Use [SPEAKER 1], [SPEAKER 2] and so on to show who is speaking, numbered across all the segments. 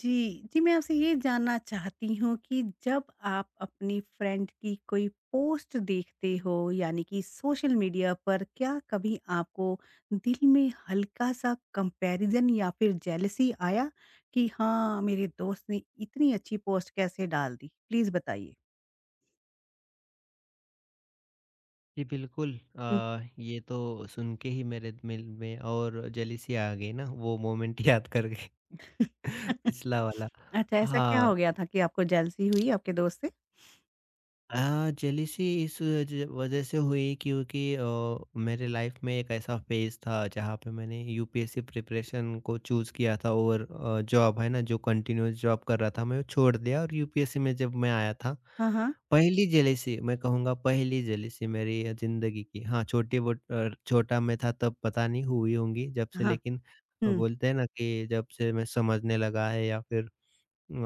[SPEAKER 1] जी, जी, मैं आपसे ये जानना चाहती हूँ कि जब आप अपनी फ्रेंड की कोई पोस्ट देखते हो यानी कि सोशल मीडिया पर क्या कभी आपको दिल में हल्का-सा कंपैरिज़न या फिर जेलसी आया कि हाँ, मेरे दोस्त ने इतनी अच्छी पोस्ट कैसे डाल दी? प्लीज़ बताइए?
[SPEAKER 2] जी, बिल्कुल ये तो सुन के ही मेरे दिल में और जेलिसी आ गई ना, वो मोमेंट याद करके
[SPEAKER 1] हुँ।
[SPEAKER 2] पिछला वाला।
[SPEAKER 1] अच्छा, ऐसा क्या
[SPEAKER 2] हाँ,
[SPEAKER 1] हो गया था कि आपको जेलसी हुई आपके दोस्त से?
[SPEAKER 2] जेलिसी इस ज वजह से हुई क्योंकि मेरे लाइफ में एक ऐसा फेज़ था जहाँ पे मैंने यूपीएससी प्रिपरेशन को चूज़ किया था और जॉब है ना, जो कंटिन्यूअस जॉब कर रहा था मैं, वो छोड़ दिया और यूपीएससी में जब मैं आया था,
[SPEAKER 1] हाँ, हाँ।
[SPEAKER 2] पहली जेलिसी मैं कहूँगा, पहली जेलिसी मेरी ज़िंदगी की। हाँ, छोटा मैं था तब पता नहीं हुई होंगी जब से,
[SPEAKER 1] हाँ।
[SPEAKER 2] लेकिन
[SPEAKER 1] हुँ,
[SPEAKER 2] बोलते हैं ना कि जब से मैं समझने लगा है या फिर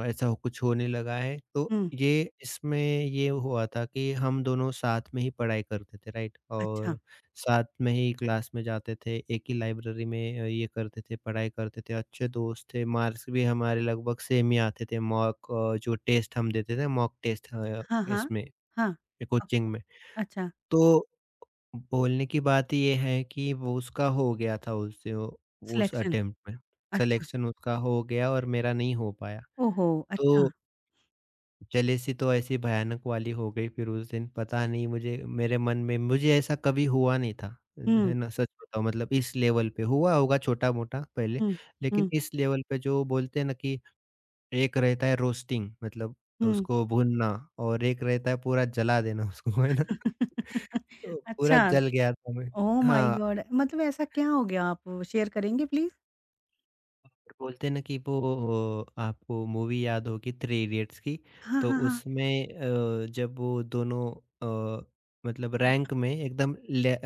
[SPEAKER 2] ऐसा हो कुछ होने लगा है। तो
[SPEAKER 1] हुँ।
[SPEAKER 2] ये इसमें ये हुआ था कि हम दोनों साथ में ही पढ़ाई करते थे, राइट?
[SPEAKER 1] अच्छा।
[SPEAKER 2] और साथ में ही क्लास में जाते थे, एक ही लाइब्रेरी में ये करते थे, पढ़ाई करते थे, अच्छे दोस्त थे, मार्क्स भी हमारे लगभग सेम ही आते थे, जो टेस्ट हम देते थे, मॉक टेस्ट,
[SPEAKER 1] हाँ, हाँ।
[SPEAKER 2] इसमें
[SPEAKER 1] हाँ। अ,
[SPEAKER 2] कोचिंग में।
[SPEAKER 1] अच्छा,
[SPEAKER 2] तो बोलने की बात ये है कि वो उसका हो गया था, उससे उस
[SPEAKER 1] सिलेक्शन।
[SPEAKER 2] अटेम्प्ट में,
[SPEAKER 1] अच्छा।
[SPEAKER 2] सिलेक्शन उसका हो गया और मेरा नहीं हो पाया।
[SPEAKER 1] ओहो! अच्छा।
[SPEAKER 2] तो जलेसी तो ऐसी भयानक वाली हो गई फिर उस दिन, पता नहीं मुझे, मेरे मन में मुझे ऐसा कभी हुआ नहीं था।
[SPEAKER 1] हुँ,
[SPEAKER 2] है ना? सच बताऊँ, मतलब इस लेवल पे हुआ होगा छोटा-मोटा पहले,
[SPEAKER 1] हुँ,
[SPEAKER 2] लेकिन
[SPEAKER 1] हुँ,
[SPEAKER 2] इस लेवल पे जो बोलते हैं ना कि एक रहता है रोस्टिंग, मतलब
[SPEAKER 1] हुँ।
[SPEAKER 2] उसको भूनना, और एक रहता है पूरा जला देना उसको, है ना? तो पूरा
[SPEAKER 1] अच्छा।
[SPEAKER 2] जल गया था मैं।
[SPEAKER 1] ओह माय
[SPEAKER 2] हाँ,
[SPEAKER 1] गॉड! मतलब ऐसा क्या हो गया? आप शेयर करेंगे प्लीज़?
[SPEAKER 2] बोलते हैं ना कि वो आपको मूवी याद होगी थ्री इडियट्स की,
[SPEAKER 1] हाँ,
[SPEAKER 2] तो
[SPEAKER 1] हाँ, हाँ।
[SPEAKER 2] उसमें जब वो दोनों अ, मतलब रैंक में एकदम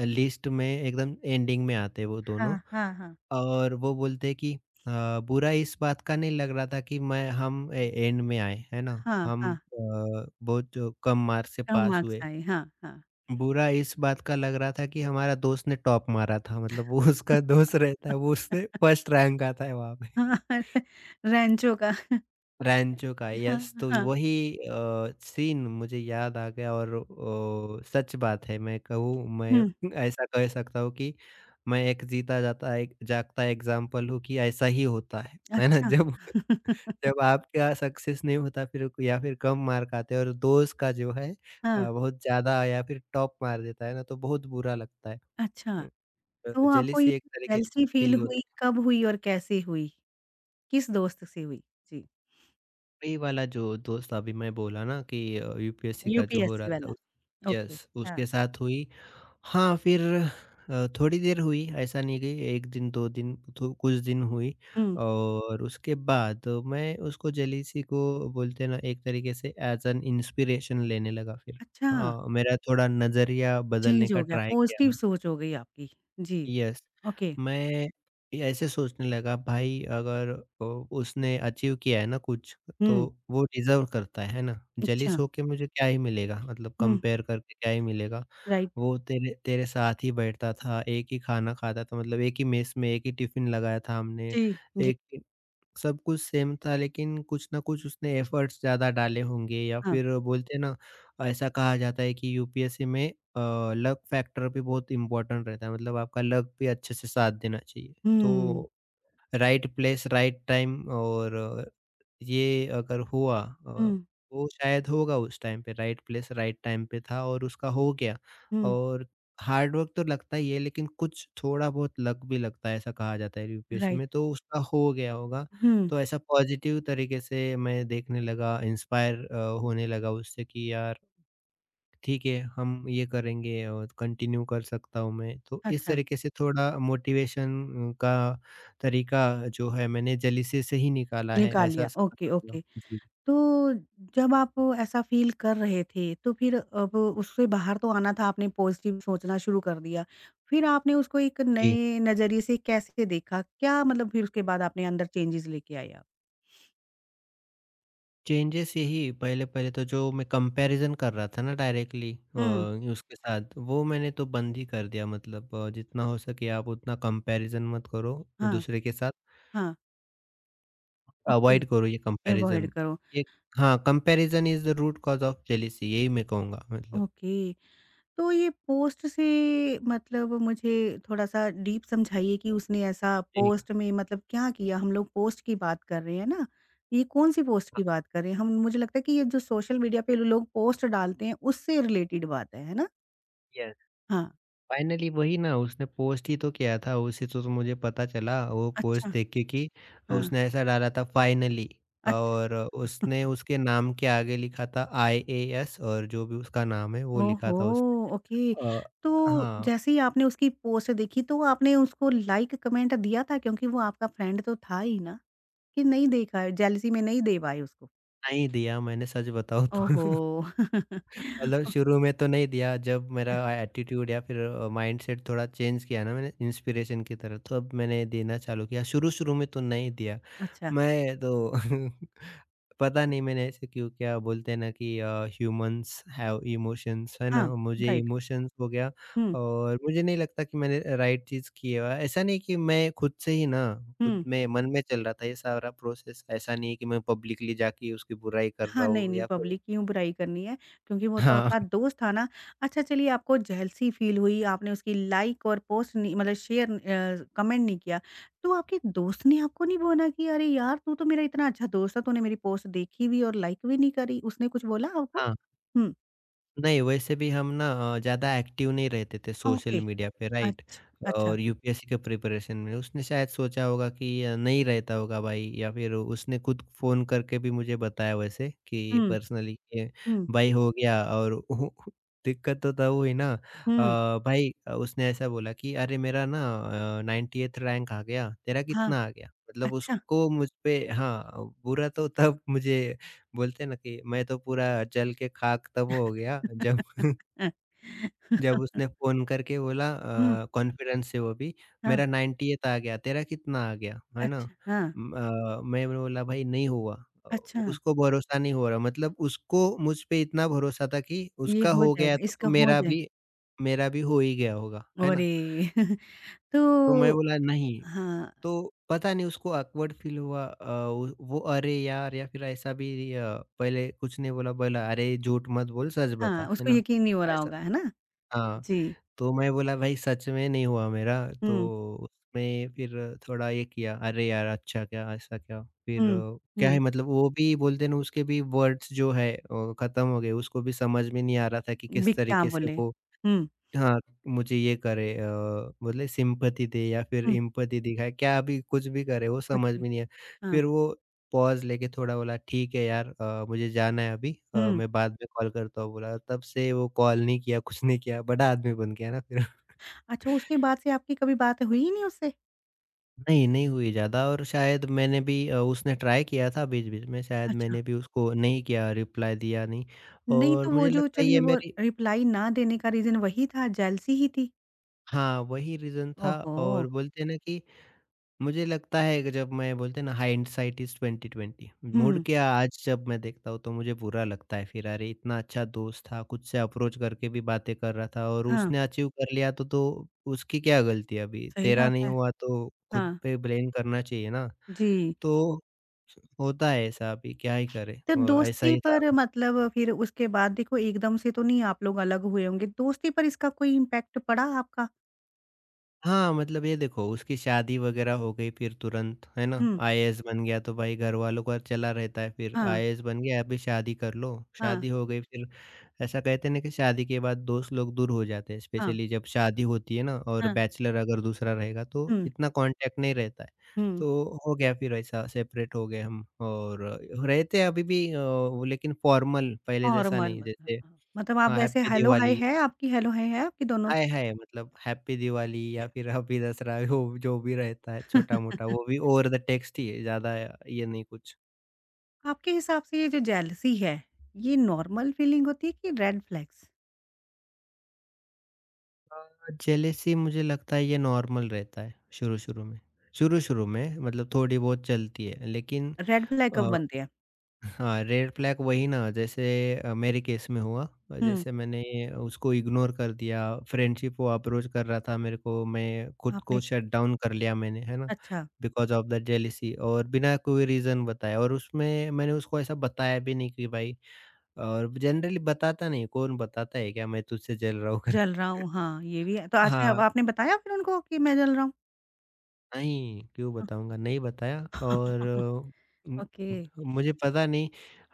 [SPEAKER 2] लिस्ट में एकदम एंडिंग में आते हैं वो दोनों,
[SPEAKER 1] हाँ, हाँ, हाँ।
[SPEAKER 2] और वो बोलते हैं कि बुरा इस बात का नहीं लग रहा था कि मैं हम एंड में आए, है ना?
[SPEAKER 1] हाँ,
[SPEAKER 2] हम
[SPEAKER 1] हाँ।
[SPEAKER 2] बहुत कम मार्क्स से
[SPEAKER 1] कम
[SPEAKER 2] पास
[SPEAKER 1] मार्क्स
[SPEAKER 2] हुए।
[SPEAKER 1] आए। हाँ, हाँ।
[SPEAKER 2] बुरा इस बात का लग रहा था कि हमारा दोस्त ने टॉप मारा था, मतलब वो उसका दोस्त रहता है, वो उसने फर्स्ट रैंक आता है वहां पे,
[SPEAKER 1] हाँ, रेंचो का।
[SPEAKER 2] रैंचो का, यस।
[SPEAKER 1] हाँ,
[SPEAKER 2] तो
[SPEAKER 1] हाँ।
[SPEAKER 2] वही सीन मुझे याद आ गया और सच बात है, मैं कहूँ, मैं
[SPEAKER 1] हुँ।
[SPEAKER 2] ऐसा कह सकता हूँ कि मैं एक जीता जाता एक जागता एग्ज़ाम्पल हूँ कि ऐसा ही होता है ना?
[SPEAKER 1] अच्छा।
[SPEAKER 2] जब जब आपका सक्सेस नहीं होता फिर, या फिर कम मार्क आते हैं और दोस्त का जो है
[SPEAKER 1] हाँ,
[SPEAKER 2] बहुत ज़्यादा, या फिर टॉप मार देता है ना, तो बहुत बुरा लगता है।
[SPEAKER 1] अच्छा।
[SPEAKER 2] उम,
[SPEAKER 1] तो आपको ये
[SPEAKER 2] जेलसी एक तरीके से
[SPEAKER 1] जेलसी फ़ील
[SPEAKER 2] फील
[SPEAKER 1] हुई,
[SPEAKER 2] होती है।
[SPEAKER 1] कब हुई और कैसे हुई? किस दोस्त से हुई? जी,
[SPEAKER 2] वही वाला जो दोस्त, अभी मैं बोला ना कि यूपीएससी का जो हो रहा
[SPEAKER 1] यूपीएससी
[SPEAKER 2] था,
[SPEAKER 1] वाला।
[SPEAKER 2] उस
[SPEAKER 1] ओके,
[SPEAKER 2] यस,
[SPEAKER 1] हाँ।
[SPEAKER 2] उसके साथ हुई। हाँ, फिर थोड़ी देर हुई, ऐसा नहीं कि 1 दिन, 2 दिन, तो कुछ दिन हुई,
[SPEAKER 1] हुँ,
[SPEAKER 2] और उसके बाद मैं उसको, जेलीसी को, बोलते हैं ना, एक तरीके से एज़ एन इंस्पिरेशन लेने लगा फिर।
[SPEAKER 1] अच्छा,
[SPEAKER 2] हाँ, मेरा थोड़ा नज़रिया बदलने
[SPEAKER 1] चेंज
[SPEAKER 2] का
[SPEAKER 1] हो गया,
[SPEAKER 2] ट्राई किया
[SPEAKER 1] पॉज़िटिव
[SPEAKER 2] मैंने।
[SPEAKER 1] सोच हो गई आपकी। जी,
[SPEAKER 2] यस,
[SPEAKER 1] ओके।
[SPEAKER 2] मैं ऐसे सोचने लगा, भाई अगर अ, उसने अचीव किया है ना कुछ, तो
[SPEAKER 1] हुँ,
[SPEAKER 2] वो डिज़र्व करता है ना?
[SPEAKER 1] अच्छा।
[SPEAKER 2] जेलिस होके मुझे क्या ही मिलेगा, मतलब
[SPEAKER 1] हुँ,
[SPEAKER 2] कंपेयर करके क्या ही मिलेगा?
[SPEAKER 1] राइट।
[SPEAKER 2] वो तेरे तेरे साथ ही बैठता था, एक ही खाना खाता था, मतलब एक ही मेस में एक ही टिफ़िन लगाया था हमने,
[SPEAKER 1] जी, जी,
[SPEAKER 2] एक सब कुछ सेम था, लेकिन कुछ ना कुछ उसने एफर्ट्स ज़्यादा डाले होंगे, या
[SPEAKER 1] हाँ।
[SPEAKER 2] फिर बोलते हैं ना, ऐसा कहा जाता है कि यूपीएससी में लक फैक्टर भी बहुत इम्पोर्टेंट रहता है, मतलब आपका लक भी अच्छे से साथ देना चाहिए।
[SPEAKER 1] हुँ,
[SPEAKER 2] तो राइट प्लेस राइट टाइम, और ये अगर हुआ,
[SPEAKER 1] हुँ,
[SPEAKER 2] वो शायद होगा उस टाइम पे राइट प्लेस राइट टाइम पे था और उसका हो गया।
[SPEAKER 1] हुँ,
[SPEAKER 2] और हार्ड वर्क तो लगता ही है, लेकिन कुछ थोड़ा बहुत लक भी लगता है, ऐसा कहा जाता है यूपीएससी
[SPEAKER 1] राइट।
[SPEAKER 2] में, तो उसका हो गया होगा।
[SPEAKER 1] हुँ,
[SPEAKER 2] तो ऐसा पॉजिटिव तरीके से मैं देखने लगा, इंस्पायर होने लगा उससे कि यार ठीक है, हम ये करेंगे और कंटिन्यू कर सकता हूँ मैं। तो इस
[SPEAKER 1] अच्छा,
[SPEAKER 2] तरीके से थोड़ा मोटिवेशन का तरीका जो है, मैंने जलीसे से ही निकाला है,
[SPEAKER 1] निकाल
[SPEAKER 2] ऐसा
[SPEAKER 1] लिया।
[SPEAKER 2] समझ
[SPEAKER 1] ओके,
[SPEAKER 2] सकते हो।
[SPEAKER 1] ओके।
[SPEAKER 2] जी,
[SPEAKER 1] तो जब आप ऐसा फ़ील कर रहे थे, तो फिर अब उससे बाहर तो आना था, आपने पॉज़िटिव सोचना शुरू कर दिया। फिर आपने उसको एक
[SPEAKER 2] जी।
[SPEAKER 1] नए नज़रिए से कैसे देखा? क्या मतलब फिर उसके बाद आपने अंदर चेंजेज़ लेके आए आप?
[SPEAKER 2] चेंजेस यही, पहले-पहले तो जो मैं कंपैरिज़न कर रहा था ना डायरेक्टली,
[SPEAKER 1] हुँ।
[SPEAKER 2] उसके साथ, वो मैंने तो बंद ही कर दिया, मतलब जितना हो सके आप उतना कंपैरिज़न मत करो
[SPEAKER 1] हाँ,
[SPEAKER 2] दूसरे के साथ,
[SPEAKER 1] हाँ, ओके,
[SPEAKER 2] अवॉइड करो ये
[SPEAKER 1] अवॉइड
[SPEAKER 2] कंपैरिज़न।
[SPEAKER 1] करो,
[SPEAKER 2] एक हाँ, comparison is the root cause of jealousy, यही मैं कहूँगा मतलब।
[SPEAKER 1] ओके। तो ये पोस्ट से मतलब मुझे थोड़ा-सा डीप समझाइए कि उसने ऐसा
[SPEAKER 2] जी।
[SPEAKER 1] पोस्ट में मतलब क्या किया? हम लोग पोस्ट की बात कर रहे हैं ना, ये कौन-सी पोस्ट की बात कर रहे हैं? हम मुझे लगता है कि ये जो सोशल मीडिया पे लोग पोस्ट डालते हैं, उससे रिलेटेड बात है ना?
[SPEAKER 2] यस,
[SPEAKER 1] हाँ,
[SPEAKER 2] फाइनली वही ना, उसने पोस्ट ही तो किया था, उसी से तो मुझे पता चला, वो पोस्ट
[SPEAKER 1] अच्छा,
[SPEAKER 2] देख के कि
[SPEAKER 1] हाँ,
[SPEAKER 2] उसने ऐसा डाला था फाइनली।
[SPEAKER 1] अच्छा।
[SPEAKER 2] और उसने उसके नाम के आगे लिखा था आईएएस, और जो भी उसका नाम है वो लिखा
[SPEAKER 1] ओहो!
[SPEAKER 2] था उसने।
[SPEAKER 1] ओके। तो
[SPEAKER 2] हाँ,
[SPEAKER 1] जैसे ही आपने उसकी पोस्ट देखी, तो आपने उसको लाइक, कमेंट दिया था? क्योंकि वो आपका फ्रेंड तो था ही ना, कि नहीं देखा है, जेलसी में नहीं दे पाए उसको?
[SPEAKER 2] नहीं दिया मैंने, सच बताऊँ
[SPEAKER 1] ओहो!
[SPEAKER 2] तो। कलर
[SPEAKER 1] अ,
[SPEAKER 2] शुरू में तो नहीं दिया, जब मेरा एटीट्यूड या फिर माइंडसेट थोड़ा चेंज किया ना मैंने इंस्पिरेशन की तरह, तो अब मैंने देना चालू किया, शुरू शुरू में तो नहीं दिया।
[SPEAKER 1] अच्छा,
[SPEAKER 2] मैं तो पता नहीं मैंने ऐसे क्यों, क्या बोलते हैं ना कि ह्यूमंस हैव इमोशंस, है ना?
[SPEAKER 1] हाँ,
[SPEAKER 2] मुझे
[SPEAKER 1] राइट।
[SPEAKER 2] इमोशंस हो गया,
[SPEAKER 1] हुँ,
[SPEAKER 2] और मुझे नहीं लगता कि मैंने राइट चीज़ की है। ऐसा नहीं कि मैं खुद से ही ना, खुद
[SPEAKER 1] हुँ।
[SPEAKER 2] में मन में चल रहा था ये सारा प्रोसेस, ऐसा नहीं है कि मैं पब्लिकली जाके उसकी बुराई कर
[SPEAKER 1] हाँ,
[SPEAKER 2] रहा हूँ
[SPEAKER 1] नहीं-नहीं
[SPEAKER 2] या फिर,
[SPEAKER 1] पब्लिक क्यों बुराई करनी है, क्योंकि वो तो
[SPEAKER 2] हाँ।
[SPEAKER 1] आपका दोस्त था ना। अच्छा चलिए आपको जेलसी फ़ील हुई, आपने उसकी लाइक और पोस्ट नहीं मतलब शेयर कमेंट नहीं किया। तो आपके दोस्त ने आपको नहीं बोला कि अरे यार तू तो मेरा इतना अच्छा दोस्त था, तूने मेरी पोस्ट देखी भी और लाइक भी नहीं करी, उसने कुछ बोला आपको?
[SPEAKER 2] हाँ।
[SPEAKER 1] हुँ,
[SPEAKER 2] नहीं, वैसे भी हम ना ज़्यादा एक्टिव नहीं रहते थे
[SPEAKER 1] ओके,
[SPEAKER 2] सोशल मीडिया पे, राइट?
[SPEAKER 1] अच्छा, अच्छा।
[SPEAKER 2] और यूपीएससी के प्रिपरेशन में उसने शायद सोचा होगा कि नहीं रहता होगा भाई, या फिर उसने खुद फ़ोन करके भी मुझे बताया वैसे, कि
[SPEAKER 1] हुँ,
[SPEAKER 2] पर्सनली कि
[SPEAKER 1] हुँ,
[SPEAKER 2] भाई हो गया। और वो दिक्कत तो तब हुई ना,
[SPEAKER 1] हुँ।
[SPEAKER 2] भाई, उसने ऐसा बोला कि अरे मेरा ना 90th रैंक आ गया, तेरा
[SPEAKER 1] हाँ,
[SPEAKER 2] कितना आ गया? मतलब
[SPEAKER 1] अच्छा।
[SPEAKER 2] उसको मुझ पे, हाँ, बुरा तो तब मुझे, बोलते हैं ना कि मैं तो पूरा जल के खाक तब हो गया जब जब उसने फ़ोन करके बोला
[SPEAKER 1] हुँ,
[SPEAKER 2] कॉन्फिडेंस से वो भी,
[SPEAKER 1] हाँ।
[SPEAKER 2] मेरा 90th आ गया, तेरा कितना आ गया, है ना?
[SPEAKER 1] अच्छा, हाँ।
[SPEAKER 2] मैं बोला, भाई नहीं हुआ। अ,
[SPEAKER 1] अच्छा,
[SPEAKER 2] उसको भरोसा नहीं हो रहा, मतलब उसको मुझ पे इतना भरोसा था कि
[SPEAKER 1] ये
[SPEAKER 2] उसका
[SPEAKER 1] हो
[SPEAKER 2] हो गया
[SPEAKER 1] जाएगा,
[SPEAKER 2] तो,
[SPEAKER 1] इसका हो
[SPEAKER 2] मेरा
[SPEAKER 1] जाएगा।
[SPEAKER 2] भी, मेरा भी हो ही गया होगा, है ना?
[SPEAKER 1] अरे!
[SPEAKER 2] तो मैं
[SPEAKER 1] तो
[SPEAKER 2] बोला नहीं,
[SPEAKER 1] हाँ,
[SPEAKER 2] तो पता नहीं उसको ऑकवर्ड फील हुआ, वो अरे यार, या फिर ऐसा भी, पहले कुछ नहीं बोला बोला अरे झूठ मत बोल, सच
[SPEAKER 1] हाँ,
[SPEAKER 2] बता, है
[SPEAKER 1] उसको
[SPEAKER 2] ना?
[SPEAKER 1] यकीन नहीं हो रहा
[SPEAKER 2] ऐसा,
[SPEAKER 1] होगा, है ना?
[SPEAKER 2] हाँ।
[SPEAKER 1] जी।
[SPEAKER 2] तो मैं बोला, भाई सच में नहीं हुआ मेरा। तो
[SPEAKER 1] हुँ,
[SPEAKER 2] उसमें फिर थोड़ा ये किया, अरे यार अच्छा, क्या ऐसा क्या, फिर
[SPEAKER 1] हुँ,
[SPEAKER 2] क्या है,
[SPEAKER 1] हुँ।
[SPEAKER 2] मतलब वो भी बोलते ना, उसके भी वर्ड्स जो है खत्म हो गए, उसको भी समझ में नहीं आ रहा था कि
[SPEAKER 1] भी
[SPEAKER 2] किस
[SPEAKER 1] क्या
[SPEAKER 2] तरीके से
[SPEAKER 1] बोले?
[SPEAKER 2] वो,
[SPEAKER 1] हुँ,
[SPEAKER 2] हाँ, मुझे ये करे, बोले सिम्पैथी दे या फिर
[SPEAKER 1] हुँ,
[SPEAKER 2] एम्पैथी दिखाए, क्या भी, कुछ भी करे, वो
[SPEAKER 1] कुछ
[SPEAKER 2] समझ
[SPEAKER 1] भी।
[SPEAKER 2] में नहीं आया।
[SPEAKER 1] हाँ,
[SPEAKER 2] फिर वो पॉज़ लेके थोड़ा बोला, ठीक है यार, मुझे जाना है अभी,
[SPEAKER 1] हुँ।
[SPEAKER 2] मैं बाद में कॉल करता हूँ, बोला। तब से वो कॉल नहीं किया, कुछ नहीं किया, बड़ा आदमी बन गया ना फिर।
[SPEAKER 1] अच्छा, उसके बाद से आपकी कभी बात हुई ही नहीं उससे?
[SPEAKER 2] नहीं, नहीं हुई ज़्यादा, और शायद मैंने भी, उसने ट्राई किया था बीच-बीच में, शायद
[SPEAKER 1] अच्छा।
[SPEAKER 2] मैंने भी उसको नहीं किया, रिप्लाई दिया नहीं,
[SPEAKER 1] नहीं
[SPEAKER 2] और
[SPEAKER 1] तो वो
[SPEAKER 2] मुझे
[SPEAKER 1] जो
[SPEAKER 2] लगता है
[SPEAKER 1] चलिए
[SPEAKER 2] ये
[SPEAKER 1] वो
[SPEAKER 2] मेरी,
[SPEAKER 1] रिप्लाई ना देने का रीज़न वही था, जेलसी ही थी?
[SPEAKER 2] हाँ, वही रीज़न था।
[SPEAKER 1] ओहो!
[SPEAKER 2] और बोलते हैं ना कि, मुझे लगता है कि जब मैं, बोलते हैं ना, हाइंडसाइट इज़ 20/20, मुड़
[SPEAKER 1] हुँ,
[SPEAKER 2] के आज जब मैं देखता हूँ तो मुझे बुरा लगता है फिर, अरे इतना अच्छा दोस्त था, खुद से अप्रोच करके भी बातें कर रहा था, और
[SPEAKER 1] हाँ,
[SPEAKER 2] उसने अचीव कर लिया तो उसकी क्या गलती है अभी?
[SPEAKER 1] सही
[SPEAKER 2] तेरा
[SPEAKER 1] बात
[SPEAKER 2] नहीं
[SPEAKER 1] है।
[SPEAKER 2] हुआ तो खुद
[SPEAKER 1] हाँ,
[SPEAKER 2] पे ब्लेम करना चाहिए ना।
[SPEAKER 1] जी।
[SPEAKER 2] तो होता है ऐसा, अभी क्या ही करें?
[SPEAKER 1] तो
[SPEAKER 2] ऐसा
[SPEAKER 1] दोस्ती
[SPEAKER 2] ही था।
[SPEAKER 1] पर मतलब फिर उसके बाद देखो एकदम से तो नहीं आप लोग अलग हुए होंगे, दोस्ती पर इसका कोई इम्पैक्ट पड़ा आपका?
[SPEAKER 2] हाँ, मतलब ये देखो, उसकी शादी वग़ैरह हो गई फिर तुरंत, है ना?
[SPEAKER 1] हुँ,
[SPEAKER 2] आईएएस बन गया तो भाई घरवालों का चला रहता है फिर,
[SPEAKER 1] हाँ,
[SPEAKER 2] आईएएस बन गया अभी शादी कर लो।
[SPEAKER 1] हाँ,
[SPEAKER 2] शादी हो गई फिर ऐसा कहते हैं ना कि शादी के बाद दोस्त लोग दूर हो जाते हैं,
[SPEAKER 1] हाँ,
[SPEAKER 2] स्पेशली जब शादी होती है ना और
[SPEAKER 1] हाँ।
[SPEAKER 2] बैचलर अगर दूसरा रहेगा तो
[SPEAKER 1] हुँ,
[SPEAKER 2] इतना कॉन्टैक्ट नहीं रहता है।
[SPEAKER 1] हुँ,
[SPEAKER 2] तो हो गया फिर ऐसा सेपरेट हो गए हम और रहते हैं अभी भी वो, लेकिन फॉर्मल पहले जैसा
[SPEAKER 1] नॉर्मल
[SPEAKER 2] नहीं,
[SPEAKER 1] मतलब
[SPEAKER 2] जैसे
[SPEAKER 1] हाँ, मतलब आप
[SPEAKER 2] हाँ,
[SPEAKER 1] वैसे
[SPEAKER 2] हैप्पी
[SPEAKER 1] हेलो हाय
[SPEAKER 2] दिवाली।
[SPEAKER 1] है आपकी हेलो हाय है आपकी दोनों
[SPEAKER 2] हाय,
[SPEAKER 1] की?
[SPEAKER 2] हाय मतलब हैप्पी दिवाली या फिर हैप्पी दशहरा हो जो भी रहता है छोटा-मोटा वो भी ओवर द टेक्स्ट ही है, ज़्यादा ये नहीं कुछ।
[SPEAKER 1] आपके हिसाब से ये जो जेलसी है, ये नॉर्मल फीलिंग होती है कि रेड फ्लैग्स?
[SPEAKER 2] अ, जेलेसी मुझे लगता है ये नॉर्मल रहता है शुरू-शुरू में। शुरू-शुरू में मतलब थोड़ी बहुत चलती है लेकिन
[SPEAKER 1] रेड फ्लैग
[SPEAKER 2] अ
[SPEAKER 1] कब बनते हैं?
[SPEAKER 2] हाँ, रेड फ्लैग वही ना जैसे मेरे केस में हुआ।
[SPEAKER 1] हुँ,
[SPEAKER 2] जैसे मैंने उसको इग्नोर कर दिया। फ्रेंडशिप वो अप्रोच कर रहा था मेरे को, मैं खुद
[SPEAKER 1] आपने
[SPEAKER 2] को शट डाउन कर लिया मैंने, है ना?
[SPEAKER 1] अच्छा,
[SPEAKER 2] बिकॉज ऑफ द जेलिसी और बिना कोई रीज़न बताए। और उसमें मैंने उसको ऐसा बताया भी नहीं कि भाई, और जनरली बताता नहीं कौन बताता है क्या मैं तुझसे जल रहा हूँ
[SPEAKER 1] जल
[SPEAKER 2] करके।
[SPEAKER 1] रहा हूँ हाँ, ये भी है। तो अच्छा अब
[SPEAKER 2] हाँ,
[SPEAKER 1] आपने बताया फिर उनको कि मैं जल रहा हूँ?
[SPEAKER 2] नहीं, क्यों बताऊँगा, नहीं बताया। और उम,
[SPEAKER 1] ओके।
[SPEAKER 2] मुझे पता नहीं,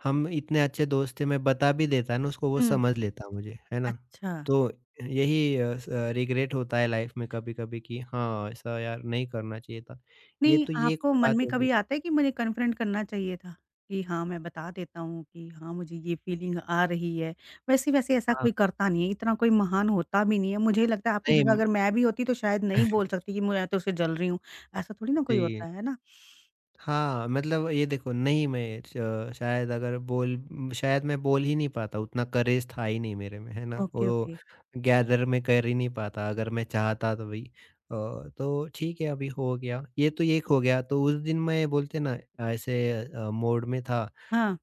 [SPEAKER 2] हम इतने अच्छे दोस्त थे, मैं बता भी देता ना उसको वो
[SPEAKER 1] हुँ।
[SPEAKER 2] समझ लेता मुझे, है ना?
[SPEAKER 1] अच्छा।
[SPEAKER 2] तो यही अ, स रिग्रेट होता है लाइफ़ में कभी-कभी कि हाँ, ऐसा यार नहीं करना चाहिए था। ये
[SPEAKER 1] नहीं,
[SPEAKER 2] तो ये एक
[SPEAKER 1] आपको मन
[SPEAKER 2] बात
[SPEAKER 1] में
[SPEAKER 2] हो गई।
[SPEAKER 1] कभी आता है कि मुझे कन्फ्रंट करना चाहिए था, कि हाँ, मैं बता देता हूँ कि हाँ, मुझे ये फीलिंग आ रही है। वैसे-वैसे ऐसा
[SPEAKER 2] हाँ,
[SPEAKER 1] कोई करता नहीं है, इतना कोई महान होता भी नहीं है। मुझे लगता है आपकी
[SPEAKER 2] नहीं
[SPEAKER 1] जगह
[SPEAKER 2] म-
[SPEAKER 1] अगर मैं भी होती तो शायद नहीं बोल सकती कि मैं तो उससे जल रही हूँ, ऐसा थोड़ी ना कोई
[SPEAKER 2] जी।
[SPEAKER 1] होता है ना?
[SPEAKER 2] हाँ, मतलब ये देखो, नहीं मैं श शायद अगर बोल शायद मैं बोल ही नहीं पाता, उतना करेज था ही नहीं मेरे में, है ना?
[SPEAKER 1] ओके,
[SPEAKER 2] वो
[SPEAKER 1] ओके।
[SPEAKER 2] गैदर में कर ही नहीं पाता अगर मैं चाहता तो भी। अ, तो ठीक है अभी हो गया, ये तो एक हो गया तो उस दिन मैं बोलते ना ऐसे मोड में था।
[SPEAKER 1] हाँ,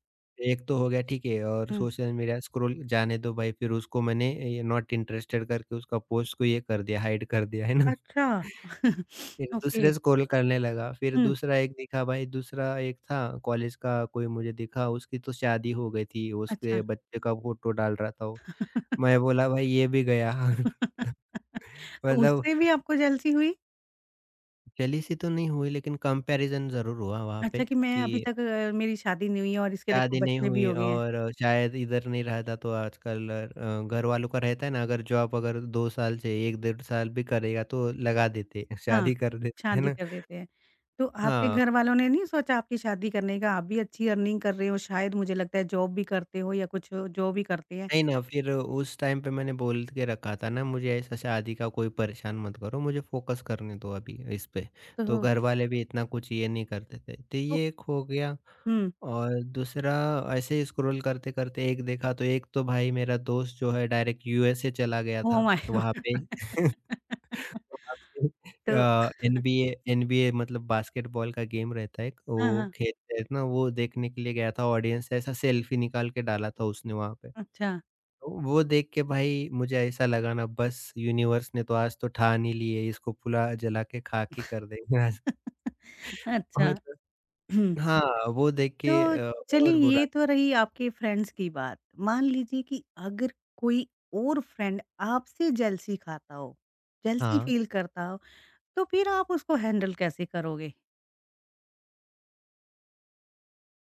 [SPEAKER 2] एक तो हो गया ठीक है, और
[SPEAKER 1] हुँ।
[SPEAKER 2] सोशल मीडिया स्क्रॉल जाने दो भाई, फिर उसको मैंने ये नॉट इंटरेस्टेड करके उसका पोस्ट को ये कर दिया, हाइड कर दिया, है ना?
[SPEAKER 1] अच्छा।
[SPEAKER 2] फिर
[SPEAKER 1] ओके।
[SPEAKER 2] दूसरे से कॉल करने लगा, फिर
[SPEAKER 1] हुँ,
[SPEAKER 2] दूसरा एक दिखा भाई, दूसरा एक था कॉलेज का कोई मुझे दिखा, उसकी तो शादी हो गई थी,
[SPEAKER 1] अच्छा।
[SPEAKER 2] उसके बच्चे का फ़ोटो डाल रहा था वो। मैं बोला भाई ये भी गया।
[SPEAKER 1] तो
[SPEAKER 2] मतलब
[SPEAKER 1] उससे भी आपको जेलसी हुई?
[SPEAKER 2] जेलसी तो नहीं हुई लेकिन कंपैरिज़न ज़रूर हुआ वहाँ पे
[SPEAKER 1] अच्छा कि मैं
[SPEAKER 2] कि
[SPEAKER 1] अभी तक मेरी शादी नहीं हुई है और इसके देखो
[SPEAKER 2] शादी नहीं
[SPEAKER 1] बच्चे भी
[SPEAKER 2] हुई
[SPEAKER 1] हो गए हैं।
[SPEAKER 2] और शायद इधर नहीं रहता तो आजकल घरवालों का रहता है ना अगर जॉब अगर 2 साल से 1 डेढ़ साल भी करेगा तो लगा देते,
[SPEAKER 1] हाँ,
[SPEAKER 2] शादी कर देते, है
[SPEAKER 1] शादी
[SPEAKER 2] ना?
[SPEAKER 1] कर देते हैं। तो आपके
[SPEAKER 2] हाँ।
[SPEAKER 1] घर वालों ने नहीं सोचा आपकी शादी करने का? आप भी अच्छी अर्निंग कर रहे हो शायद मुझे लगता है जॉब भी करते हो या कुछ जॉब भी करते हैं।
[SPEAKER 2] नहीं ना, फिर उस टाइम पे मैंने बोल के रखा था ना, मुझे ऐसा शादी का कोई परेशान मत करो, मुझे फ़ोकस करने दो अभी इस पे। तो
[SPEAKER 1] तो
[SPEAKER 2] घरवाले भी इतना कुछ ये नहीं करते थे। तो
[SPEAKER 1] तो
[SPEAKER 2] ये एक हो गया
[SPEAKER 1] हुँ,
[SPEAKER 2] और दूसरा ऐसे स्क्रॉल करते-करते एक देखा तो एक तो भाई मेरा दोस्त जो है डायरेक्ट यूएसए चला गया
[SPEAKER 1] ओह
[SPEAKER 2] था।
[SPEAKER 1] माय
[SPEAKER 2] वहाँ
[SPEAKER 1] गॉड!
[SPEAKER 2] पे वहाँ पे
[SPEAKER 1] तो
[SPEAKER 2] अ, एनबीए एनबीए मतलब बास्केटबॉल का गेम रहता है एक,
[SPEAKER 1] हाँ,
[SPEAKER 2] वो
[SPEAKER 1] हाँ,
[SPEAKER 2] खेलते हैं ना, वो देखने के लिए गया था ऑडियंस, ऐसा सेल्फी निकाल के डाला था उसने वहाँ पे।
[SPEAKER 1] अच्छा।
[SPEAKER 2] वो देख के भाई मुझे ऐसा लगा ना, बस यूनिवर्स ने तो आज तो ठान ही ली है इसको पूरा जला के खाक ही कर देंगे आज।
[SPEAKER 1] अच्छा
[SPEAKER 2] मतलब हाँ, वो देख
[SPEAKER 1] तो
[SPEAKER 2] के
[SPEAKER 1] चलिए
[SPEAKER 2] और बुरा।
[SPEAKER 1] ये तो रही आपके फ्रेंड्स की बात। मान लीजिए कि अगर कोई और फ्रेंड आपसे जेलसी खाता हो, जेलसी
[SPEAKER 2] हाँ,
[SPEAKER 1] फील करता हो, तो फिर आप उसको हैंडल कैसे करोगे?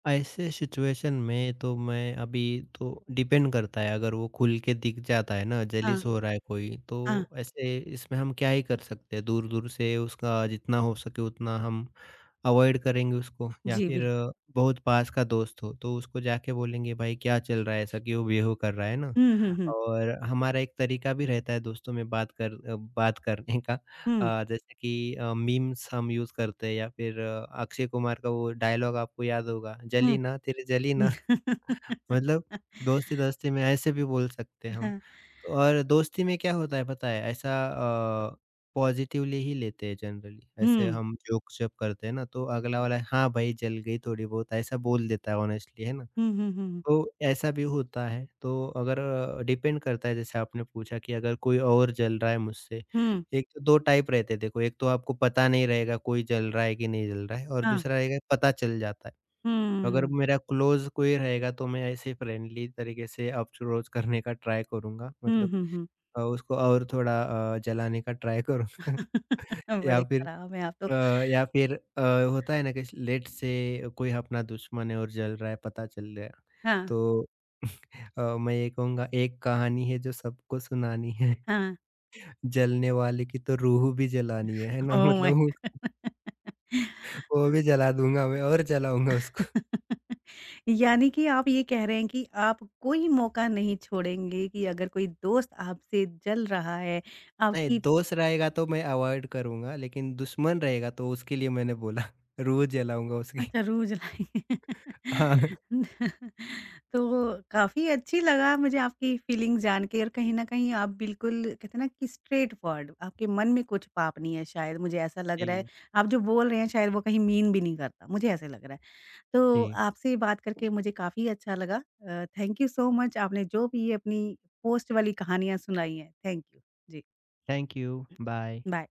[SPEAKER 2] ऐसे सिचुएशन में तो मैं अभी, तो डिपेंड करता है अगर वो खुल के दिख जाता है ना
[SPEAKER 1] हाँ,
[SPEAKER 2] जेलिस हो रहा है कोई तो,
[SPEAKER 1] हाँ।
[SPEAKER 2] ऐसे इसमें हम क्या ही कर सकते हैं, दूर-दूर से उसका जितना हो सके उतना हम अवॉइड करेंगे उसको, या
[SPEAKER 1] जी,
[SPEAKER 2] फिर
[SPEAKER 1] बिल्कुल।
[SPEAKER 2] बहुत पास का दोस्त हो तो उसको जाके बोलेंगे भाई क्या चल रहा है, ऐसा क्यों बिहेव कर रहा है ना।
[SPEAKER 1] हुँ, हुँ, हुँ।
[SPEAKER 2] और हमारा एक तरीका भी रहता है दोस्तों में बात करने का,
[SPEAKER 1] हुँ,
[SPEAKER 2] जैसे कि मीम्स हम यूज करते हैं या फिर अक्षय कुमार का वो डायलॉग आपको याद होगा
[SPEAKER 1] हुँ।
[SPEAKER 2] जली ना तेरे जली ना। मतलब दोस्ती-दोस्ती में ऐसे भी बोल सकते हैं हम।
[SPEAKER 1] हाँ।
[SPEAKER 2] तो और दोस्ती में क्या होता है पता है ऐसा अ, पॉज़िटिवली ही लेते हैं जनरली। ऐसे
[SPEAKER 1] हुँ।
[SPEAKER 2] हम जोक्स जब करते हैं ना तो अगला वाला हाँ, भाई जल गई थोड़ी बहुत ऐसा बोल देता है ऑनेस्टली, है ना?
[SPEAKER 1] हुँ, हुँ, हुँ,
[SPEAKER 2] तो ऐसा भी होता है। तो अगर डिपेंड करता है जैसे आपने पूछा कि अगर कोई और जल रहा है मुझसे,
[SPEAKER 1] हुँ।
[SPEAKER 2] एक तो 2 टाइप रहते हैं देखो, एक तो आपको पता नहीं रहेगा कोई जल रहा है कि नहीं जल रहा है और
[SPEAKER 1] हाँ।
[SPEAKER 2] दूसरा रहेगा पता चल जाता है। अगर
[SPEAKER 1] हुँ।
[SPEAKER 2] मेरा क्लोज़ कोई रहेगा तो मैं ऐसे फ्रेंडली तरीके से अप्रोच करने का ट्राई करूँगा,
[SPEAKER 1] हुँ,
[SPEAKER 2] मतलब
[SPEAKER 1] हुँ, हुँ।
[SPEAKER 2] उसको और थोड़ा जलाने का ट्राई करूँगा। या
[SPEAKER 1] बड़े
[SPEAKER 2] फिर
[SPEAKER 1] खराब हैं आप तो।
[SPEAKER 2] अ, या फिर होता है ना कि लेट से कोई अपना दुश्मन है और जल रहा है पता चल गया
[SPEAKER 1] हाँ,
[SPEAKER 2] तो मैं ये कहूँगा एक कहानी है जो सबको सुनानी है,
[SPEAKER 1] हाँ।
[SPEAKER 2] जलने वाले की तो रूह भी जलानी है ना?
[SPEAKER 1] ओह माय
[SPEAKER 2] मतलब वो
[SPEAKER 1] गॉड
[SPEAKER 2] वो भी जला दूँगा मैं और जलाऊँगा उसको।
[SPEAKER 1] यानी कि आप ये कह रहे हैं कि आप कोई मौका नहीं छोड़ेंगे कि अगर कोई दोस्त आपसे जल रहा है,
[SPEAKER 2] नहीं,
[SPEAKER 1] आपकी
[SPEAKER 2] दोस्त रहेगा तो मैं अवॉइड करूँगा, लेकिन दुश्मन रहेगा तो उसके लिए मैंने बोला, रूह जलाऊँगा उसकी।
[SPEAKER 1] अच्छा रोज़ लाएँगे।
[SPEAKER 2] हाँ।
[SPEAKER 1] तो काफ़ी अच्छी लगा मुझे आपकी फीलिंग जान के और कहीं न कहीं आप बिल्कुल कहते हैं ना कि स्ट्रेट फॉरवर्ड आपके मन में कुछ पाप नहीं है शायद मुझे ऐसा लग रहा है।
[SPEAKER 2] जी,
[SPEAKER 1] आप जो बोल रहे हैं शायद वो कहीं मीन भी नहीं करता, मुझे ऐसे लग रहा है। तो
[SPEAKER 2] जी।
[SPEAKER 1] आपसे बात करके मुझे काफ़ी अच्छा लगा। थैंक यू सो मच आपने जो भी ये अपनी पोस्ट वाली कहानियाँ सुनाई हैं। Thank you. जी,
[SPEAKER 2] थैंक यू, बाय।
[SPEAKER 1] बाय।